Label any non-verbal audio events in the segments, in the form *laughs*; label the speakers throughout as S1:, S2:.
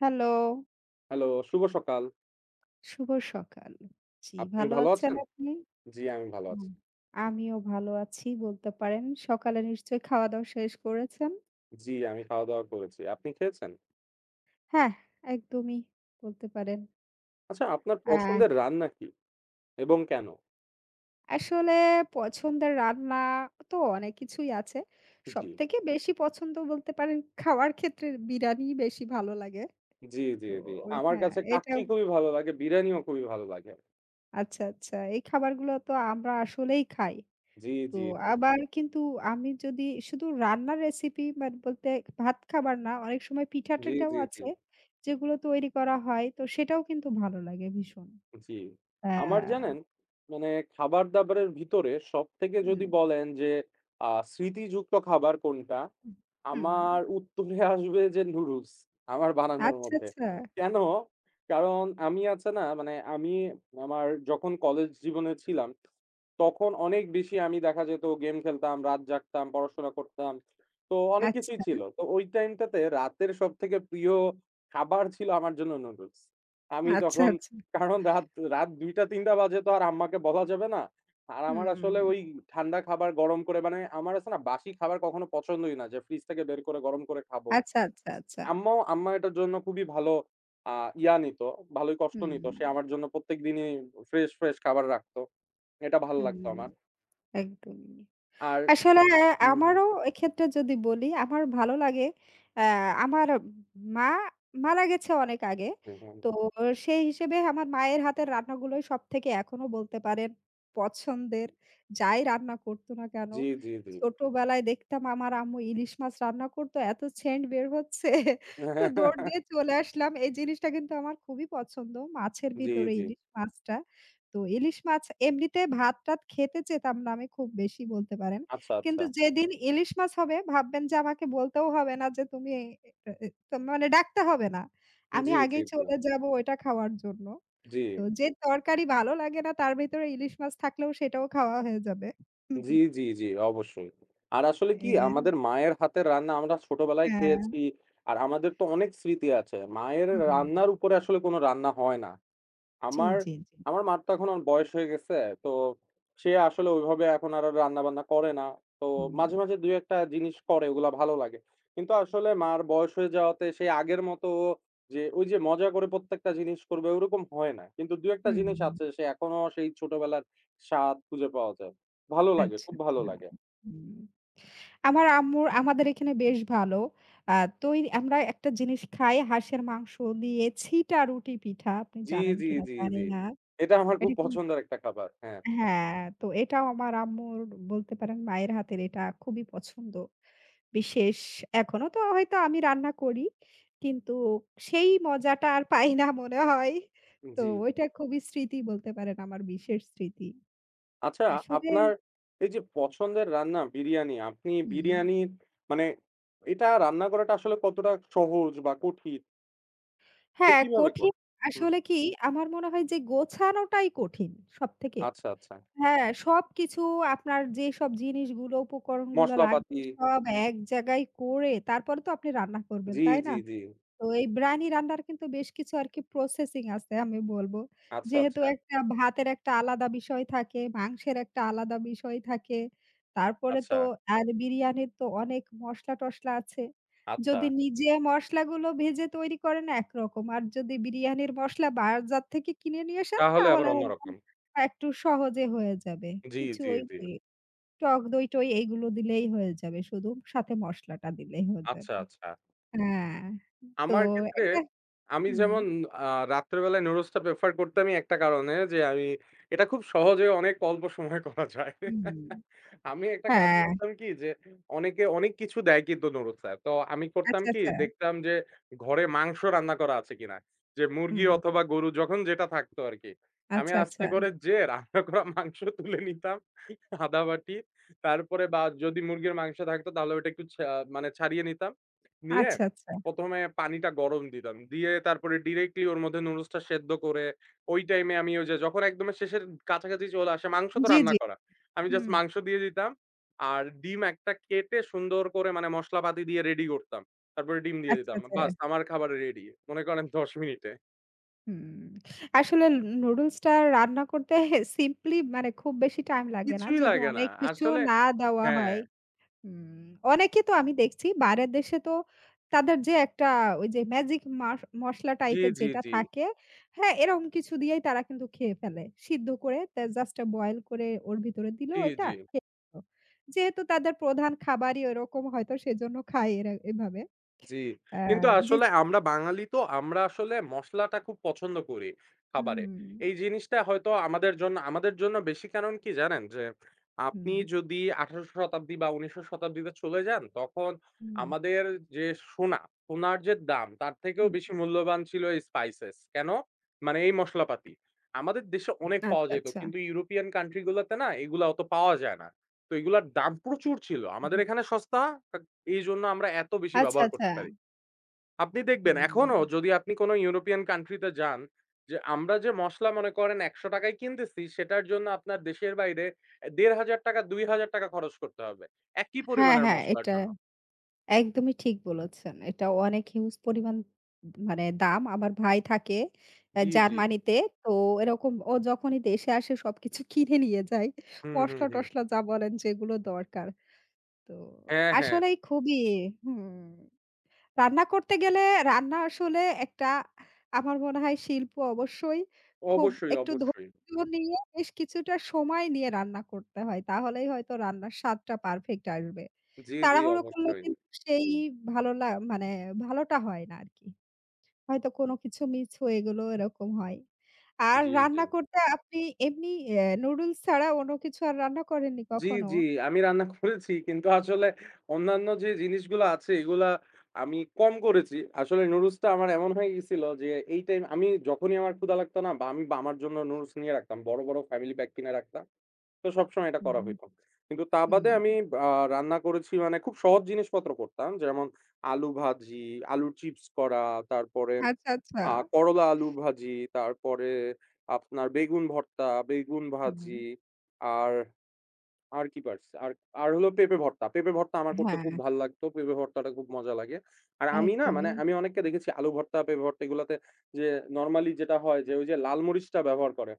S1: Hello,
S2: hello, শুভ সকাল।
S1: শুভ সকাল। জি,
S2: আপনি
S1: ভালো
S2: ভালো
S1: আছেন
S2: আছেন?
S1: আপনি?
S2: জি, আমি ভালো আছি।
S1: হুম, আমিও ভালো আছি বলতে পারেন। সকালে নিশ্চয়ই খাওয়া-দাওয়া শেষ করেছেন?
S2: জি, আমি খাওয়া-দাওয়া করেছি। আপনি খেয়েছেন?
S1: হ্যাঁ, একদমই বলতে পারেন।
S2: আচ্ছা, আপনার
S1: আ
S2: পছন্দের রান্না কি এবং কেন?
S1: আসলে পছন্দের রান্না তো অনেক কিছুই আছে।
S2: জি,
S1: সবথেকে বেশি পছন্দ বলতে পারেন খাওয়ার ক্ষেত্রে বিরিয়ানিই বেশি ভালো লাগে।
S2: জি, জি,
S1: তো
S2: জি। আমার
S1: হ্যাঁ,
S2: কাছে
S1: এটা
S2: কাচ্চি খুবই ভালো লাগে, বিরিয়ানিও খুবই ভালো লাগে।
S1: আচ্ছা, আচ্ছা। এই খাবারগুলো তো আমরা আসলেই খাই।
S2: জি,
S1: তো
S2: জি,
S1: আবার কিন্তু আমি যদি শুধু রান্নার রেসিপি মানে বলতে ভাত খাবার না অনেক সময়
S2: জি,
S1: পিঠা-টিঠাও
S2: জি, জি।
S1: আছে যেগুলো তৈরি করা হয়। তো সেটাও কিন্তু ভালো লাগে ভীষণ।
S2: জি। আমার
S1: হ্যাঁ,
S2: জানেন মানে খাবার-দাবারের ভিতরে সবথেকে যদি
S1: হুম,
S2: বলেন যে স্মৃতিযুক্ত খাবার কোনটা?
S1: হুম,
S2: আমার উত্তরে *laughs* আসবে যে নুডলস আমার বানানোর
S1: আচ্ছা,
S2: মধ্যে।
S1: আচ্ছা,
S2: কেন? কারণ আমি আছে না মানে আমি আমার যখন কলেজ জীবনে ছিলাম, তখন অনেক বেশি আমি দেখা যেত গেম খেলতাম, রাত জাগতাম, পড়াশোনা করতাম। তো অনেক কিছুই
S1: আচ্ছা,
S2: ছিল। তো ওই টাইমটাতে রাতের সবথেকে প্রিয় খাবার ছিল আমার জন্য নুডলস। আমি
S1: আচ্ছা,
S2: তখন
S1: আচ্ছা,
S2: কারণ রাত ২টা-৩টা বাজে তো আর আম্মাকে বলা যাবে না। আর আমার
S1: হুম,
S2: আসলে ওই ঠান্ডা খাবার গরম করে মানে আমার আছে না বাসি খাবার কখনো পছন্দই না যে ফ্রিজ থেকে বের করে গরম করে খাবো।
S1: আচ্ছা, আচ্ছা, আচ্ছা,
S2: আম্মা এটার জন্য খুবই ভালো আ ইয়া নিত, ভালোই কষ্ট
S1: হুম,
S2: নিত। সে আমার জন্য প্রত্যেকদিনই ফ্রেশ, ফ্রেশ খাবার রাখতো। এটা ভাল
S1: হুম,
S2: লাগতো আমার।
S1: একদমই।
S2: আর
S1: আসলে
S2: হুম, হুম,
S1: আমারও এক্ষেত্রে যদি বলি, আমার ভালো লাগে অ্যা আমার মা মারা গেছে অনেক আগে।
S2: হুম, হুম।
S1: তো সেই হিসেবে আমার মায়ের হাতের রান্নাগুলোই সবথেকে এখনো বলতে পারেন পছন্দের। যাই রান্না করতো না কেন।
S2: জি, জি, জি।
S1: ছোটবেলায় দেখতাম আমার আম্মু ইলিশ মাছ রান্না করতো, এত সেন্ট বের হচ্ছে। তো দৌড় দিয়ে
S2: *laughs*
S1: চলে আসলাম। এই জিনিসটা কিন্তু আমার খুবই পছন্দ। মাছের
S2: জি,
S1: ভিতরে
S2: জি।
S1: ইলিশ মাছটা। তো ইলিশ মাছ এমনিতে ভাত-টাত খেতে চেতাম না আমি খুব বেশি বলতে পারেন।
S2: আচ্ছা, আচ্ছা।
S1: কিন্তু যেদিন ইলিশ মাছ হবে ভাববেন যে আমাকে বলতেও হবে না যে তুমি এ এ তো মানে ডাকতে হবে না। আমি
S2: জি, জি,
S1: আগেই
S2: জি।
S1: চলে যাবো ওইটা খাওয়ার জন্য।
S2: জি।
S1: তো যে তরকারি ভালো লাগে না তার ভেতরে ইলিশ মাছ থাকলেও সেটাও খাওয়া হয়ে যাবে।
S2: জি,
S1: *laughs*
S2: জি, জি, অবশ্যই। আর আসলে কি
S1: এ
S2: আমাদের মায়ের হাতের রান্না আমরা ছোটবেলায়
S1: হ্যাঁ,
S2: খেয়েছি। আর আমাদের তো অনেক স্মৃতি আছে। মায়ের
S1: হুম।
S2: রান্নার উপরে আসলে কোন রান্না হয় না।
S1: জি,
S2: আমার,
S1: জি, জি।
S2: আমার মার তো এখন অনেক বয়স হয়ে গেছে। তো সে আসলে ওইভাবে এখন আর রান্নাবান্না করে না। তো
S1: হুম,
S2: মাঝে, মাঝে ২-১ টা জিনিস করে ওগুলা ভালো লাগে। কিন্তু আসলে মার বয়স হয়ে যাওয়াতে সেই আগের মতো যে ওই যে মজা করে প্রত্যেকটা জিনিস করবে ওরকম হয় না। কিন্তু ২-১ টা জিনিস আছে
S1: হুম।
S2: সে এখনো সেই ছোটবেলার স্বাদ খুঁজে পাওয়া যায়। ভালো লাগে,
S1: আচ্ছা,
S2: খুব
S1: আচ্ছা।
S2: ভালো লাগে।
S1: হুম। আমার আম্মুর আমাদের এখানে বেশ ভালো। আ তৈ আমরা একটা জিনিস খাই হাঁসের মাংস দিয়ে ছিটা রুটি পিঠা। আপনি
S2: জি,
S1: জানেন
S2: জি,
S1: কিনা
S2: জি,
S1: জানি
S2: জি।
S1: না।
S2: এটা আমার খুব
S1: এটা কিন্তু
S2: পছন্দের একটা খাবার। হ্যাঁ,
S1: হ্যাঁ, তো এটাও আমার আম্মুর বলতে পারেন মায়ের হাতের এটা খুবই পছন্দ। বিশেষ এখনো তো হয়তো আমি রান্না করি। কিন্তু সেই মজাটা আর পাই না মনে হয়। তো
S2: জি।
S1: ওইটা খুবই স্মৃতি বলতে পারেন আমার বিশেষ স্মৃতি।
S2: আচ্ছা,
S1: আসলে
S2: আপনার এই যে পছন্দের রান্না বিরিয়ানি, আপনি
S1: হুম,
S2: বিরিয়ানির মানে এটা রান্না করাটা আসলে কতটা সহজ বা কঠিন? এটা
S1: হ্যাঁ
S2: কিভাবে
S1: কঠিন
S2: করেন? হুম,
S1: আসলে কি আমার মনে হয় যে গোছানোটাই কঠিন সবথেকে।
S2: আচ্ছা, আচ্ছা।
S1: হ্যাঁ, সবকিছু আপনার যেসব জিনিসগুলো উপকরণগুলো লাগবে
S2: মসলাপাতি
S1: সব এক জায়গায় করে তারপরে তো আপনি রান্না করবেন,
S2: জি,
S1: তাই না?
S2: জি, জি।
S1: তো এই ব্রানি রান্নার কিন্তু বেশ কিছু আরকি প্রসেসিং আছে আমি বলবো।
S2: আচ্ছা,
S1: যেহেতু
S2: আচ্ছা,
S1: একটা ভাতের একটা আলাদা বিষয় থাকে, মাংসের একটা আলাদা বিষয় থাকে। তারপরে তো
S2: আচ্ছা,
S1: আর বিরিয়ানির তো অনেক মসলা-টসলা আছে।
S2: আচ্ছা।
S1: যদি নিজে মসলাগুলো ভেজে তৈরি করেন একরকম। আর যদি বিরিয়ানির মসলা বাজার থেকে কিনে নিয়ে আসেন
S2: তাহলে আবার
S1: তাহলে হয়তো
S2: অন্যরকম।
S1: একটু সহজে হয়ে যাবে।
S2: জি,
S1: কিছু
S2: জি,
S1: ওই
S2: জি।
S1: যে টক দই-টই এইগুলো দিলেই হয়ে যাবে শুধু সাথে মসলাটা দিলেই হয়ে
S2: আচ্ছা,
S1: যাবে।
S2: আচ্ছা।
S1: হ্যাঁ, তো
S2: আমার ক্ষেত্রে
S1: এটা
S2: আমি
S1: হুম,
S2: যেমন আ রাত্রেবেলায় নুডলসটা প্রেফার করতামই একটা কারণে যে আমি এটা খুব সহজে অনেক অল্প সময়ে করা যায়।
S1: হুম।
S2: আমি একটা কাজ
S1: হ্যাঁ,
S2: করতাম কি যে অনেকে অনেক কিছু দেয় কিন্তু নুডলসে। তো আমি করতাম
S1: আচ্ছা,
S2: কি
S1: আচ্ছা।
S2: দেখতাম যে ঘরে মাংস রান্না করা আছে কিনা। যে মুরগি
S1: হুম,
S2: অথবা গরু যখন যেটা থাকতো আরকি। আমি
S1: আচ্ছা,
S2: আস্তে
S1: আচ্ছা।
S2: করে যেয়ে রান্না করা মাংস তুলে নিতাম আদা বাটি। তারপরে বা যদি মুরগির মাংস থাকতো তাহলে ওটা একটু ছা মানে ছাড়িয়ে নিতাম। নিয়ে
S1: আচ্ছা, আচ্ছা।
S2: প্রথমে পানিটা গরম দিতাম। দিয়ে তারপরে ডিরেক্টলি ওর মধ্যে নুডলসটা সেদ্ধ করে ওই টাইমে আমি ওই যে যখন একদম শেষের কাছাকাছি চলে আসে মাংস তো
S1: জি,
S2: রান্না
S1: জি।
S2: করা। আমি
S1: হুম,
S2: জাস্ট মাংস দিয়ে দিতাম। আর ডিম একটা কেটে সুন্দর করে মানে মসলাপাতি দিয়ে রেডি করতাম। তারপরে ডিম দিয়ে
S1: আচ্ছা,
S2: দিতাম।
S1: আচ্ছা।
S2: বাস আমার খাবার রেডি। মনে করেন ১০ মিনিটে।
S1: হুম। আসলে নুডলসটা রান্না করতে *laughs* সিম্পলি মানে খুব বেশি টাইম লাগে না।
S2: কিছুই
S1: যদি
S2: লাগে না।
S1: অনেক কিছু
S2: আসলে
S1: না দেওয়া
S2: হ্যাঁ।
S1: হয়। হুম, অনেকে তো আমি দেখছি বাইরের দেশে তো তাদের যে একটা ওই যে ম্যাজিক মসলা
S2: জি,
S1: টাইপের
S2: জি,
S1: যেটা
S2: জি।
S1: থাকে, হ্যাঁ? এরকম কিছু দিয়েই তারা কিন্তু খেয়ে ফেলে। সিদ্ধ করে তা জাস্ট বয়েল করে ওর ভিতরে দিল
S2: জি,
S1: এটা
S2: জি।
S1: খেয়ে নিল। যেহেতু তাদের প্রধান খাবারই ওরকম হয়তো সেজন্য খায় এরা এভাবে।
S2: জি।
S1: আ
S2: কিন্তু
S1: যে
S2: আসলে আমরা বাঙালি তো আমরা আসলে মসলাটা খুব পছন্দ করি খাবারে।
S1: হুম,
S2: এই জিনিসটা হয়তো আমাদের জন্য বেশি কারণ কি জানেন? যে আপনি
S1: হুম,
S2: যদি ১৮০০ শতাব্দী বা ১৯০০ শতাব্দীতে চলে যান তখন
S1: হুম,
S2: আমাদের যে সোনা, সোনার যে দাম তার থেকেও
S1: হুম।
S2: বেশি মূল্যবান ছিল এই স্পাইসেস। কেন? মানে এই মসলাপাতি। আমাদের দেশে অনেক পাওয়া
S1: আচ্ছা,
S2: যেত।
S1: আচ্ছা।
S2: কিন্তু ইউরোপিয়ান কান্ট্রি গুলাতে না এগুলা অত পাওয়া যায় না। তো এগুলার দাম প্রচুর ছিল।
S1: হুম,
S2: আমাদের এখানে সস্তা এইজন্য আমরা এত বেশি
S1: আচ্ছা,
S2: ব্যবহার
S1: আচ্ছা।
S2: করতে পারি। আপনি দেখবেন
S1: হুম।
S2: এখনো যদি আপনি কোন ইউরোপিয়ান কান্ট্রি তে যান, যে আমরা যে মসলা মনে করেন ৳১০০ য় কিনতেছি সেটার জন্য আপনার দেশের বাইরে ৳১৫০০ ৳২,০০০ খরচ করতে হবে। একই
S1: হ্যাঁ,
S2: পরিমাণের
S1: হ্যাঁ
S2: মসলার
S1: এটা
S2: জন্য।
S1: একদমই ঠিক বলেছেন। এটা অনেক হিউজ পরিমাণ মানে দাম। আমার ভাই থাকে
S2: জি, জি।
S1: জার্মানিতে। তো এরকম ও যখনই দেশে আসে সবকিছু কিনে নিয়ে যায়।
S2: হুম, হুম, হুম।
S1: মসলা-টসলা যা বলেন যেগুলো দরকার। তো
S2: হ্যাঁ, হ্যাঁ।
S1: আসলেই খুবই হুম। রান্না করতে গেলে রান্না আসলে একটা আমার মনে হয় শিল্প অবশ্যই। খুব
S2: অবশ্যই,
S1: একটু
S2: অবশ্যই।
S1: ধৈর্য নিয়ে বেশ কিছুটা সময় নিয়ে রান্না করতে হয়। তাহলেই হয়তো রান্নার স্বাদটা পারফেক্ট আসবে।
S2: জি, জি
S1: তাড়াহুড়ো করলে
S2: অবশ্যই।
S1: কিন্তু সেই ভালো লা মানে ভালোটা হয় না আরকি। হয়তো কোনো কিছু মিস হয়ে গেল এরকম হয়। আর
S2: জি, জি।
S1: রান্না করতে আপনি এমনি নুডলস ছাড়া অন্য কিছু আর রান্না করেননি
S2: জি,
S1: কখনো?
S2: জি। আমি রান্না করেছি। কিন্তু আসলে অন্যান্য যে জিনিসগুলো আছে এগুলা আমি কম করেছি। আসলে নুডলসটা আমার এমন হয়ে গেছিল যে এই টাইম আমি যখনই আমার ক্ষুধা লাগতো না বা আমি বা আমার জন্য নুডলস নিয়ে রাখতাম। বড়, বড় ফ্যামিলি প্যাক কিনে রাখতাম। তো সবসময় এটা করা
S1: হুম,
S2: হইতো। কিন্তু তা
S1: হুম।
S2: বাদে আমি আ রান্না করেছি মানে খুব সহজ জিনিসপত্র করতাম। যেমন আলু ভাজি, আলুর চিপস করা, তারপরে
S1: আচ্ছা, আচ্ছা।
S2: করলা আলুর ভাজি, তারপরে আপনার বেগুন ভর্তা, বেগুন ভাজি
S1: হুম।
S2: আর আর কি পারছি। আর আর হলো পেঁপে ভর্তা। পেঁপে ভর্তা আমার করতে
S1: হ্যাঁ,
S2: খুব ভাল লাগতো। পেঁপে ভর্তাটা খুব মজা লাগে। আর আমি না মানে
S1: একদমই।
S2: আমি অনেককে দেখেছি আলু ভর্তা, পেঁপে ভর্তা এগুলাতে যে নরমালি যেটা হয় যে ওই যে লাল মরিচটা ব্যবহার করে।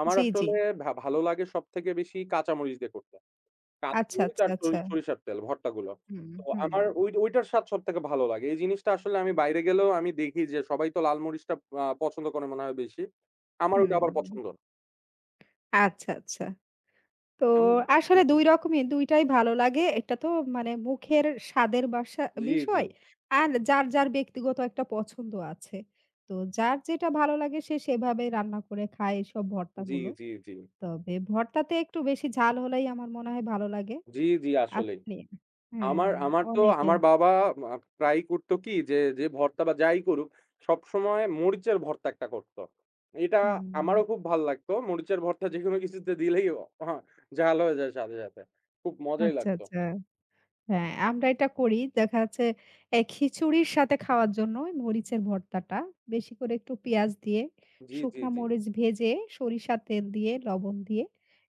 S2: আমার
S1: জি, জি।
S2: আসলে ভালো লাগে সবথেকে বেশি কাঁচামরিচ দিয়ে করতে।
S1: আচ্ছা,
S2: কাঁচামরিচ
S1: আচ্ছা,
S2: আর
S1: আচ্ছা।
S2: সরিষার তেল ভর্তাগুলো।
S1: হুম,
S2: তো
S1: হুম,
S2: আমার ওই ওইটার স্বাদ সবথেকে ভালো লাগে। এই জিনিসটা আসলে আমি বাইরে গেলেও আমি দেখি যে সবাই তো লাল মরিচটা পছন্দ করে মনে হয় বেশি। আমার ওইটা
S1: হুম।
S2: আবার পছন্দ না।
S1: আচ্ছা, আচ্ছা। তো
S2: আম হুম,
S1: আসলে
S2: হুম।
S1: ২ রকমই, ২ টাই ভালো লাগে। এটা তো মানে মুখের স্বাদের বাসা
S2: জি, জি।
S1: বিষয়। আর যার, যার ব্যক্তিগত একটা পছন্দ আছে। তো যার যেটা ভালো লাগে সে সেভাবে রান্না করে খায় এসব
S2: জি,
S1: ভর্তাগুলো।
S2: জি, জি।
S1: তবে ভর্তাতে একটু বেশি ঝাল হলেই আমার মনে হয় ভালো লাগে।
S2: জি, জি, আসলেই।
S1: আপনি?
S2: আমার
S1: হ্যাঁ,
S2: আমার তো
S1: অনেকে।
S2: আমার বাবা মা প্রায়ই করতো কি যে, যে ভর্তা বা যাই করুক, সবসময় মরিচের ভর্তা একটা করতো। এটা আমারও
S1: হুম।
S2: খুব ভাল লাগতো। মরিচের ভর্তা যেকোনো কিছুতে দিলেই অ হা ঝাল হয়ে যায় সাথে, সাথে। খুব মজাই
S1: আচ্ছা,
S2: লাগতো।
S1: আচ্ছা। হ্যাঁ, আমরা এটা করি। দেখা যাচ্ছে খিচুড়ির সাথে খাওয়ার জন্য ওই মরিচের ভর্তাটা বেশি করে একটু পেঁয়াজ দিয়ে,
S2: জি, জি,
S1: শুকনা
S2: জি।
S1: মরিচ ভেজে, সরিষার তেল দিয়ে, লবণ দিয়ে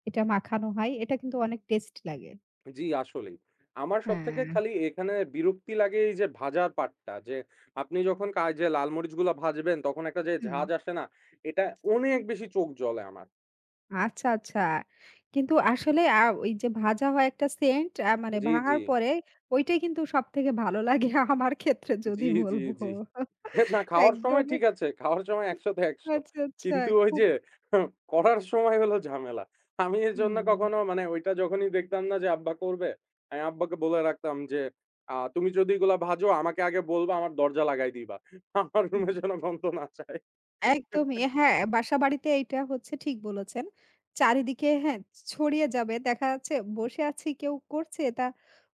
S1: এটা মাখানো হয়। এটা কিন্তু অনেক টেস্ট লাগে।
S2: জি, আসলেই। আমার সবথেকে
S1: হ্যাঁ,
S2: খালি এখানে বিরক্তি লাগে এই যে ভাজার পার্টটা যে, আপনি যখন কা যে লাল মরিচগুলা ভাজবেন তখন একটা যে
S1: হুম।
S2: ঝাঁজ আসে না? এটা অনেক বেশি চোখ জ্বলে আমার।
S1: আচ্ছা, আচ্ছা। কিন্তু আসলে ওই যে ভাজা হয় একটা সেন্ট মানে
S2: জি, জি।
S1: ভাঙার পরে ওইটাই কিন্তু সবথেকে ভালো লাগে *laughs* আমার ক্ষেত্রে
S2: জি,
S1: যদি
S2: জি,
S1: বলব।
S2: জি। হ্যাঁ, না খাওয়ার সময়
S1: একদমই
S2: ঠিক আছে। খাওয়ার সময় ১০০ তে ১০০
S1: আচ্ছা, আচ্ছা।
S2: কিন্তু ওই
S1: খুব
S2: যে *laughs* করার সময় হলো ঝামেলা। আমি এজন্য
S1: হুম,
S2: কখনো মানে ওইটা যখনই দেখতাম না যে আব্বা করবে, আমি আব্বাকে বলে রাখতাম যে, তুমি যদি এগুলা ভাজো আমাকে আগে বলবা আমার দরজা লাগায় দিবা। আমার রুমে
S1: হুম।
S2: যেন গন্ধ না যায়।"
S1: একদমই। হ্যাঁ, বাসাবাড়িতে এইটা হচ্ছে ঠিক বলেছেন। চারিদিকে হ্যাঁ, ছড়িয়ে যাবে। দেখা যাচ্ছে বসে আছি কেউ করছে এটা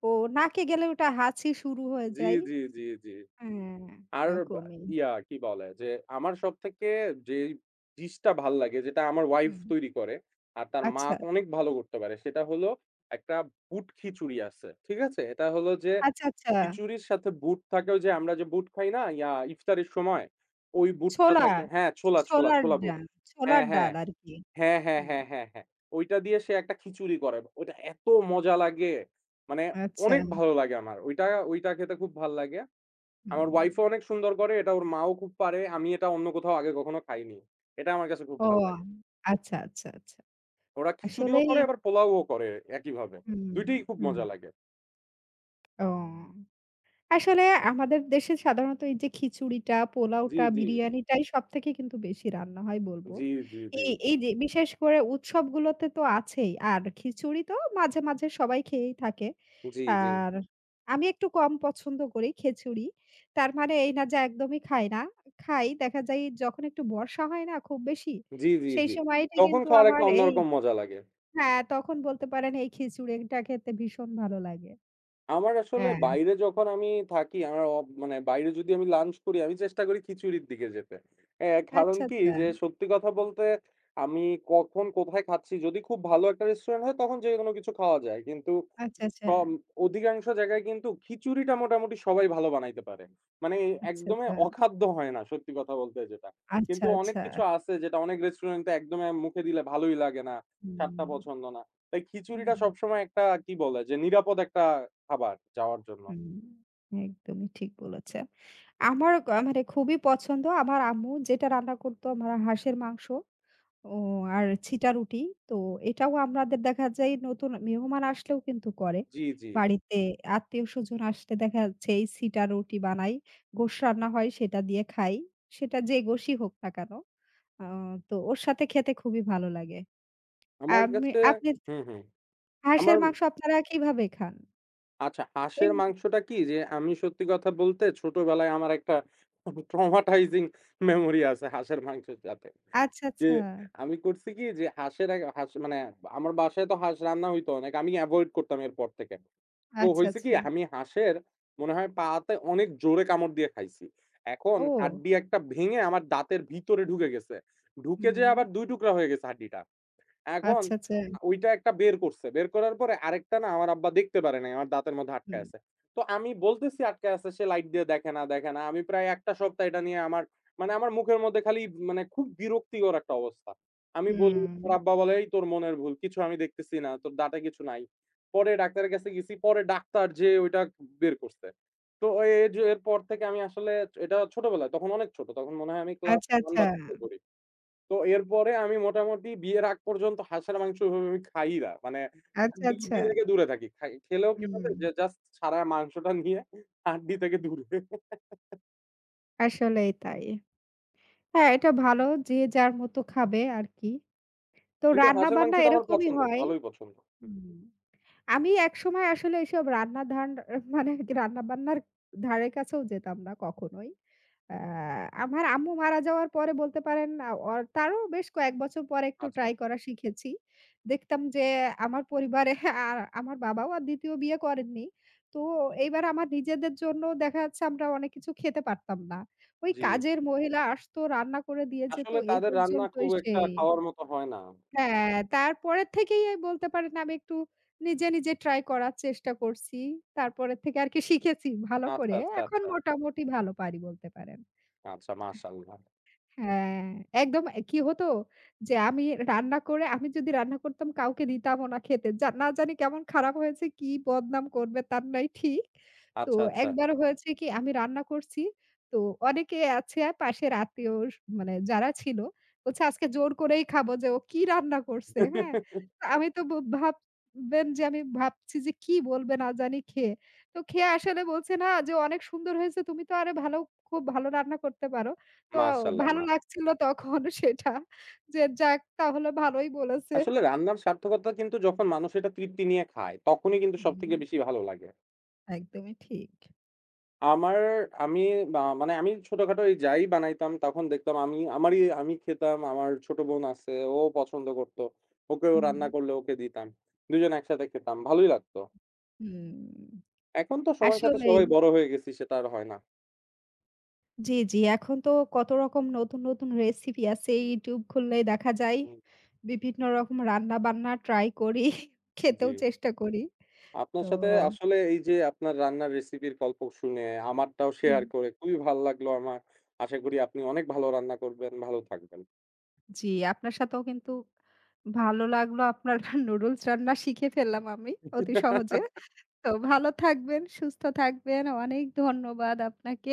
S1: ও নাকে গেলে ওটা হাঁচি শুরু হয়ে
S2: জি,
S1: যায়।
S2: জি, জি, জি।
S1: হ্যাঁ,
S2: আর বা
S1: এরকমই।
S2: ইয়া কি বলে? যে আমার সবথেকে যে ডিশটা ভাল লাগে যেটা আমার ওয়াইফ
S1: হুম,
S2: তৈরি করে আর তার মা
S1: আচ্ছা,
S2: অনেক ভালো করতে পারে। সেটা হলো একটা বুট খিচুড়ি আছে। ঠিক আছে? এটা হলো যে
S1: আচ্ছা, আচ্ছা।
S2: খিচুড়ির সাথে বুট থাকে ওই যে আমরা যে বুট খাই না ইফতারের সময়? ওই বুটটা
S1: ছোলা,
S2: থাকে হ্যাঁ,
S1: ছোলার
S2: ছোলা বুট।
S1: ডাল, ছোলার
S2: হ্যাঁ, হ্যাঁ।
S1: ডাল আরকি।
S2: হ্যাঁ, হ্যাঁ,
S1: হুম,
S2: হ্যাঁ, হ্যাঁ, হ্যাঁ। ওইটা দিয়ে সে একটা খিচুড়ি করে। ওইটা এত মজা লাগে! মানে
S1: আচ্ছা,
S2: অনেক ভালো লাগে আমার। ওইটা খেতে খুব ভাল লাগে। আমার
S1: হুম।
S2: ওয়াইফও অনেক সুন্দর করে, এটা ওর মাও খুব পারে। আমি এটা অন্য কোথাও আগে কখনো খাইনি। এটা আমার কাছে খুব
S1: ও
S2: ভাল লাগে।
S1: আচ্ছা, আচ্ছা, আচ্ছা।
S2: ওরা খিচুড়িও
S1: আসলেই
S2: করে আবার পোলাওও করে একইভাবে।
S1: হুম,
S2: ২ টিই খুব
S1: হুম।
S2: মজা লাগে।
S1: ও। আসলে আমাদের দেশে সাধারণত এই যে খিচুড়িটা,
S2: জি,
S1: পোলাওটা,
S2: জি।
S1: বিরিয়ানিটাই সবথেকে কিন্তু বেশি রান্না হয় বলব।
S2: জি, জি, জি।
S1: এই এই যে বিশেষ করে উৎসবগুলোতে তো আছেই। আর খিচুড়ি তো মাঝে, মাঝে সবাই খেয়েই থাকে।
S2: জি, জি।
S1: আর আমি একটু কম পছন্দ করি খিচুড়ি। তার মানে এই না যে একদমই খাই না। খাই দেখা যায় যখন একটু বর্ষা হয় না খুব বেশি,
S2: জি, জি,
S1: সেই
S2: জি।
S1: সময়টা
S2: তখন
S1: কিন্তু
S2: খাওয়ার একটা
S1: আমার এই
S2: অন্যরকম মজা লাগে।
S1: হ্যাঁ, তখন বলতে পারেন এই খিচুড়িটা খেতে ভীষণ ভালো লাগে।
S2: আমার আসলে
S1: হ্যাঁ।
S2: বাইরে যখন আমি থাকি, আমার অব মানে বাইরে যদি আমি লাঞ্চ করি, আমি চেষ্টা করি খিচুড়ির দিকে যেতে। কারণ
S1: আচ্ছা,
S2: কি
S1: আচ্ছা।
S2: যে সত্যি কথা বলতে আমি কখন কোথায় খাচ্ছি, যদি খুব ভালো একটা রেস্টুরেন্ট হয় তখন যেকোনো কিছু খাওয়া যায়। কিন্তু
S1: আচ্ছা, আচ্ছা।
S2: কম অধিকাংশ জায়গায় কিন্তু খিচুড়িটা মোটামুটি সবাই ভালো বানাইতে পারে। মানে
S1: আচ্ছা,
S2: একদমই
S1: আচ্ছা।
S2: অখাদ্য হয় না সত্যি কথা বলতে যেটা।
S1: আচ্ছা,
S2: কিন্তু অনেক
S1: আচ্ছা।
S2: কিছু আছে যেটা অনেক রেস্টুরেন্টে একদমই মুখে দিলে ভালোই লাগে না, স্বাদটা
S1: হুম,
S2: পছন্দ না। তাই
S1: হুম,
S2: খিচুড়িটা সবসময় একটা কি বলে যে নিরাপদ একটা খাবার যাওয়ার জন্য।
S1: হুম। একদমই ঠিক বলেছেন। আমার ক মানে খুবই পছন্দ। আমার আম্মু যেটা রান্না করত আমার হাঁসের মাংস ও আর ছিটা রুটি। তো এটাও আমাদের দেখা যায় নতুন মেহমান আসলেও কিন্তু করে।
S2: জি, জি।
S1: বাড়িতে আত্মীয়স্বজন আসলে দেখা যাচ্ছে এই ছিটা রুটি বানাই। গোশ রান্না হয় সেটা দিয়ে খাই। সেটা যে গোশই হোক না কেন। আ তো ওর সাথে খেতে খুবই ভালো লাগে।
S2: আমার
S1: আমি
S2: কাছে
S1: আপনি
S2: হুম, হুম।
S1: হাঁসের
S2: আমার
S1: মাংস আপনারা কিভাবে খান?
S2: আচ্ছা হাঁসের
S1: এমনি
S2: মাংসটা কি যে আমি সত্যি কথা বলতে ছোটবেলায় আমার একটা ট্রমাটাইজিং মেমোরি আছে হাঁসের মাংসের সাথে।
S1: আচ্ছা,
S2: যে
S1: আচ্ছা,
S2: আমি করছি কি যে হাঁসের আগে হাঁস মানে আমার বাসায় তো হাঁস রান্না হইতো অনেক। আমি এভয়েড করতাম এরপর থেকে। তো
S1: আচ্ছা,
S2: হইছে কি
S1: আচ্ছা।
S2: আমি হাঁসের মনে হয় পাতে অনেক জোরে কামড় দিয়ে খাইছি। এখন
S1: ও!
S2: হাড্ডি একটা ভেঙে আমার দাঁতের ভিতরে ঢুকে গেছে। ঢুকে
S1: হুম।
S2: যেয়ে আবার ২ টুকরা হয়ে গেছে হাড্ডিটা। এখন
S1: আচ্ছা, আচ্ছা।
S2: ওইটা একটা বের করছে। বের করার পরে আরেকটা না আমার আব্বা দেখতে পারে নাই। আমার দাঁতের মধ্যে
S1: হুম,
S2: আটকায় আছে। তো আমি বলতেছি আটকায় আছে, সে লাইট দিয়ে দেখে না, দেখে না। আমি প্রায় ১ টা সপ্তাহ এটা নিয়ে আমার মানে আমার মুখের মধ্যে খালি মানে খুব বিরক্তিকর একটা অবস্থা। আমি বলি
S1: হুম।
S2: আমার আব্বা বলে, "এই তোর মনের ভুল। কিছু আমি দেখতেছি না। তোর দাঁতে কিছু নাই।" পরে ডাক্তারের কাছে গেছি। পরে ডাক্তার যেয়ে ওইটা বের করছে। তো এ এর পর থেকে আমি আসলে এটা ছোটবেলায়, তখন অনেক ছোট। তখন মনে হয় আমি ক্লাস
S1: আচ্ছা,
S2: ১
S1: আচ্ছা,
S2: বা ২ এ পড়ি। তো এরপরে আমি মোটামুটি বিয়ের আগ পর্যন্ত হাঁসের মাংস ওইভাবে আমি খাইই না। মানে
S1: আচ্ছা, আচ্ছা।
S2: হাড্ডি-গুড্ডি থেকে দূরে থাকি। খাই খেলেও কিভাবে
S1: হুম,
S2: যে জাস্ট সারা মাংসটা নিয়ে হাড্ডি থেকে দূরে।
S1: আসলেই তাই। হ্যাঁ, এটা ভালো যে যার মতো খাবে আরকি। তো
S2: কিন্তু হাঁসের
S1: রান্না-বান্না
S2: মাংসটা আমার
S1: এরকমই
S2: পছন্দ,
S1: হয়।
S2: ভালোই পছন্দ। হুম,
S1: হুম। আমি একসময় আসলে এসব রান্না ধান মানে রান্না-বান্নার ধারে কাছেও যেতাম না কখনোই। আ আমার আম্মু মারা যাওয়ার পরে বলতে পারেন আ অর তারও বেশ কয়েক বছর পরে একটু
S2: আচ্ছা,
S1: ট্রাই করা শিখেছি। দেখতাম যে আমার পরিবারে আর আমার বাবাও আর ২য় বিয়ে করেননি। তো এইবার আমার নিজেদের জন্য দেখা যাচ্ছে আমরা অনেক কিছু খেতে পারতাম না। ওই
S2: জি।
S1: কাজের মহিলা আসতো রান্না করে দিয়ে যেত
S2: আসলে
S1: এই
S2: তাদের রান্না খুব
S1: পর্যন্তই
S2: একটা
S1: সেই।
S2: খাওয়ার মতো হয় না।
S1: হ্যাঁ, তারপরের থেকেই এই বলতে পারেন আমি একটু নিজে নিজে ট্রাই করার চেষ্টা করছি। তারপরের থেকে আরকি শিখেছি ভালো
S2: আচ্ছা,
S1: করে।
S2: আচ্ছা,
S1: এখন
S2: আচ্ছা।
S1: মোটামুটি ভালো পারি বলতে পারেন।
S2: আচ্ছা, মাশাআল্লাহ।
S1: হ্যাঁ, একদম এ কি হতো যে আমি রান্না করে আমি যদি রান্না করতাম কাউকে দিতামও না খেতে। না জানি কেমন খারাপ হয়েছে, কি বদনাম করবে তার নাই ঠিক। তো
S2: আচ্ছা, আচ্ছা।
S1: একবার হয়েছে কি আমি রান্না করছি। তো অনেকে আছে পাশের আত্মীয় স মানে যারা ছিল বলছে, "আজকে জোর করেই খাবো যে ও কি রান্না করছে?" হ্যাঁ? তো আমি তো ব ভাববেন যে আমি ভাবছি যে কি বলবে না জানি খেয়ে। তো খেয়ে আসলে বলছে না যে, "অনেক সুন্দর হয়েছে। তুমি তো আরো ভালো খুব ভালো রান্না করতে পারো।" তো
S2: মাশাআল্লাহ,
S1: ভালো
S2: মাশা
S1: লাগছিল তখন *laughs* সেটা যে যাক তাহলে ভালোই বলেছে।
S2: আসলে রান্নার সার্থকতা কিন্তু যখন মানুষ এটা তৃপ্তি নিয়ে খায়, তখনই কিন্তু
S1: হুম,
S2: সবথেকে বেশি ভালো লাগে।
S1: একদমই ঠিক।
S2: আমার আমি মা মানে আমি ছোটখাটো এই যাই বানাইতাম তখন দেখতাম আমি খেতাম। আমার ছোট বোন আছে, ও পছন্দ করত। ওকেও
S1: হুম।
S2: রান্না করলে ওকে দিতাম। ২ জন একসাথে খেতাম। ভালোই লাগতো।
S1: হুম,
S2: এখন তো সময়ের সাথে
S1: আসলেই।
S2: সবাই বড় হয়ে গেছি সেটা আর হয় না।
S1: জি, জি। এখন তো কত রকম নতুন নতুন রেসিপি আছে। YouTube খুললেই দেখা যায়
S2: হুম,
S1: বিভিন্ন রকম রান্না-বান্না ট্রাই করি, *laughs*
S2: জি।
S1: খেতেও চেষ্টা করি।
S2: আপনার
S1: তো
S2: সাথে আসলে এই যে আপনার রান্নার রেসিপির গল্প শুনে আমারটাও
S1: হুম,
S2: শেয়ার করে খুবই ভাল লাগলো আমার। আশা করি আপনি অনেক ভালো রান্না করবেন, ভালো থাকবেন।
S1: জি, আপনার সাথেও কিন্তু ভালো লাগলো। আপনার *laughs* নুডলস রান্না শিখে ফেললাম আমি অতি সহজে।
S2: *laughs*
S1: তো ভালো থাকবেন, সুস্থ থাকবেন। অনেক ধন্যবাদ আপনাকে।